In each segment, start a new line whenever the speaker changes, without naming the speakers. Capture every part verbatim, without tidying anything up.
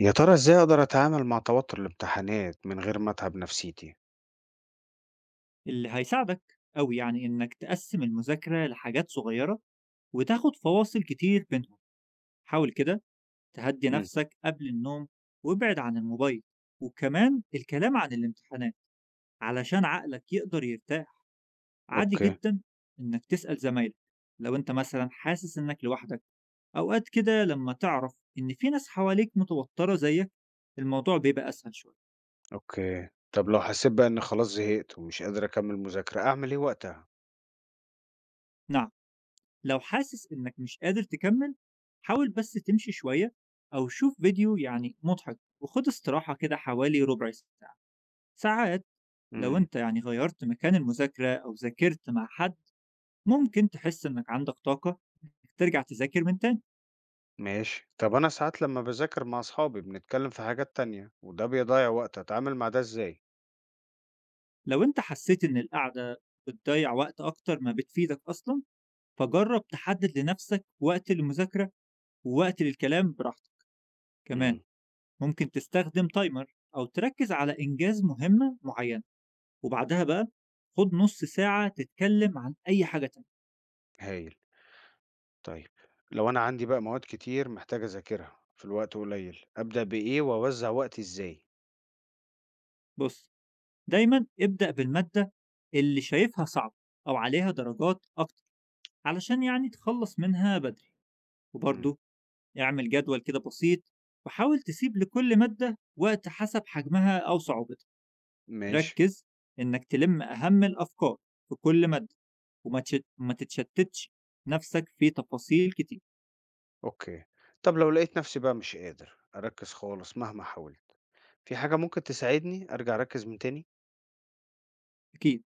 يا ترى إزاي أقدر أتعامل مع توتر الامتحانات من غير ما أتعب نفسيتي؟
اللي هيساعدك أوي يعني إنك تقسم المذاكرة لحاجات صغيرة، وتاخد فواصل كتير بينهم. حاول كده تهدي
امم.
نفسك قبل النوم، وابعد عن الموبايل، وكمان الكلام عن الامتحانات، علشان عقلك يقدر يرتاح. عادي
أوكي.
جدا إنك تسأل زمايلك لو أنت مثلا حاسس إنك لوحدك. أوقات كده لما تعرف إن في ناس حواليك متوترة زيك، الموضوع بيبقى أسهل شوية.
أوكي، طب لو حسيت بقى إني خلاص زهقت ومش قادر أكمل مذاكرة أعمل إيه وقتها؟
نعم، لو حاسس إنك مش قادر تكمل، حاول بس تمشي شوية، أو شوف فيديو يعني مضحك وخد استراحة كده حوالي ربع ساعة. ساعات لو
امم.
أنت يعني غيرت مكان المذاكرة أو ذاكرت مع حد، ممكن تحس إنك عندك طاقة إنك ترجع تذاكر من تاني.
ماشي، طب أنا ساعات لما بذاكر مع أصحابي بنتكلم في حاجات تانية وده بيضيع وقت، أتعامل مع ده إزاي؟
لو أنت حسيت إن القعدة بتضيع وقت أكتر ما بتفيدك أصلا، فجرب تحدد لنفسك وقت للمذاكرة، ووقت للكلام براحتك. كمان
امم.
ممكن تستخدم تايمر أو تركز على إنجاز مهمة معينة، وبعدها بقى خد نص ساعة تتكلم عن أي حاجة تانية.
هايل. طيب لو أنا عندي بقى مواد كتير محتاج أذاكرها في الوقت قليل، أبدأ بإيه وأوزع وقتي إزاي؟
بص، دايما ابدأ بالمادة اللي شايفها صعبة، أو عليها درجات أكتر، علشان يعني تخلص منها بدري.
امم.
وبرضه اعمل جدول كده بسيط، وحاول تسيب لكل مادة وقت حسب حجمها أو صعوبتها.
ماشي.
ركز إنك تلم أهم الأفكار في كل مادة، وما تشت- ما تتشتتش نفسك في تفاصيل كتير.
أوكي، طب لو لقيت نفسي بقى مش قادر أركز خالص مهما حاولت، في حاجة ممكن تساعدني أرجع أركّز من تاني؟
أكيد.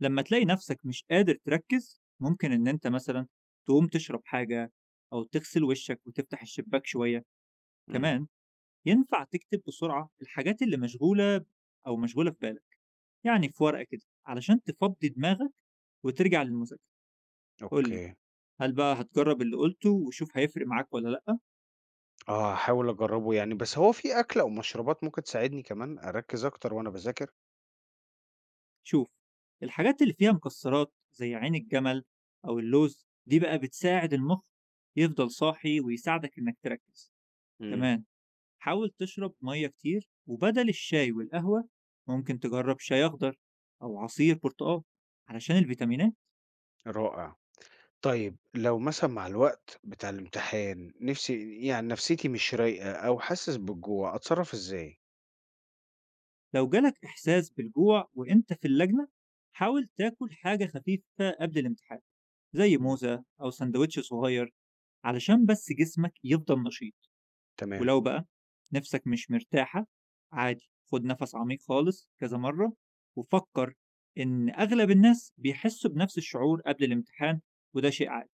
لمّا تلاقي نفسك مش قادر تركّز، ممكن إن أنت مثلًا تقوم تشرب حاجة، أو تغسل وشّك وتفتح الشباك شوية.
إمم.
كمان ينفع تكتب بسرعة الحاجات اللي مشغولة أو مشغولة في بالك، يعني في ورقة كده، علشان تفضّي دماغك وترجع للمذاكرة. قُل لي،
أوكي.
هل بقى هتجرّب اللي قُلته وشوف هيفرق معاك والّا لأ؟
آه، هاحاول أجرّبه يعني، بس هو في أكل أو مشروبات ممكن تساعدني كمان أركّز أكتر وأنا باذاكر؟
شوف، الحاجات اللي فيها مكسّرات زي عين الجمل أو اللوز، دي بقى بتساعد المُخ يفضل صاحي ويساعدك إنك تركّز.
إمم.
كمان حاول تشرب مية كتير، وبدل الشاي والقهوة ممكن تجرب شاي أخضر أو عصير برتقال، علشان الفيتامينات.
رائع. طيب لو مثلًا مع الوقت بتاع الامتحان نفسي، يعني نفسيتي مش رايقة أو حاسس بالجوع، أتصرّف إزاي؟
لو جالك إحساس بالجوع وإنت في اللجنة، حاول تاكل حاجة خفيفة قبل الامتحان، زي
إمم.
موزة أو سندوتش صغير، علشان بس جسمك يفضل نشيط.
تمام.
ولو بقى نفسك مش مرتاحة، عادي خد نفس عميق خالص كذا مرة، وفكر إن أغلب الناس بيحسوا بنفس الشعور قبل الامتحان، وده شيء عادي.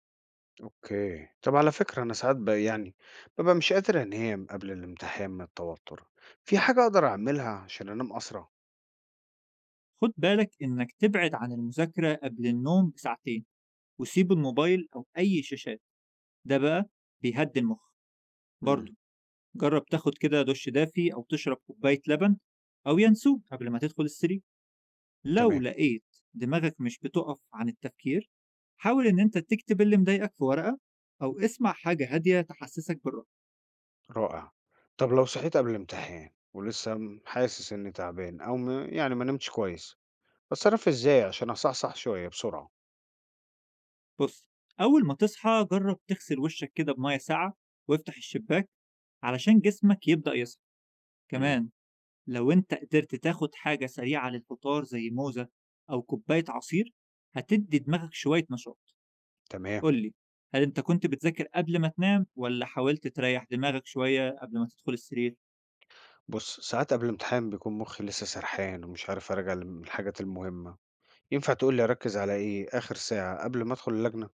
أوكي. طَب على فكرة، أنا ساعات ب يعني بابقى مش قادر أنام قبل الامتحان من التوتر، في حاجة أقدر أعملها عشان أنام أسرع؟
خد بالك إنك تبعد عن المذاكرة قبل النوم بساعتين، وسيب الموبايل أو أي شاشات، ده بقى بيهدي المخ.
إمم.
برضه جرب تاخد كده دش دافي، أو تشرب كوباية لبن أو ينسوه قبل ما تدخل السرير. لو
تمام.
لقيت دماغك مش بتقف عن التفكير، حاول إن أنت تكتب اللي مضايقك في ورقة، أو اسمع حاجة هادية تحسسك بالراحة.
رائع. طب لو صحيت قبل الامتحان ولسه م- حاسس إني تعبان، أو م... يعني ما نمتش كويس، أتصرف إزاي عشان أصحصح شوية بسرعة؟
بص، أول ما تصحى جرب تغسل وشك كده بمية ساقعة، وافتح الشباك، علشان جسمك يبدأ يصحى.
مم.
كمان لو أنت قدرت تاخد حاجة سريعة للفطار زي موزة أو كوباية عصير، هتدي دماغك شوية نشاط.
تمام.
قولي، هل أنت كنت بتذاكر قبل ما تنام، ولا حاولت تريح دماغك شوية قبل ما تدخل السرير؟
بص، ساعات قبل الامتحان بيكون مخي لسه سرحان ومش عارف أراجع الم- الحاجات المهمة، ينفع تقول لي أركز على إيه آخر ساعة قبل ما أدخل اللجنة؟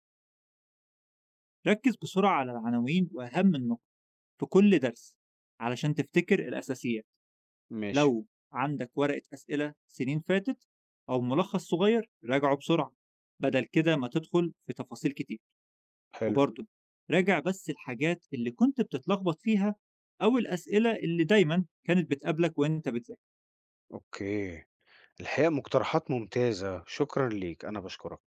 ركز بسرعة على العناوين وأهم النقط في كل درس، علشان تفتكر الأساسيات.
ماشي.
لو عندك ورقة أسئلة سنين فاتت أو ملخص صغير، راجعه بسرعة، بدل كده ما تدخل في تفاصيل كتير.
حلو.
وبرضه راجع بس الحاجات اللي كنت بتتلخبط فيها، أو الأسئلة اللي دايما كانت بتقابلك وأنت بتذاكر.
أوكي. الحقيقة مقترحات ممتازة، شكرا ليك، أنا بشكرك.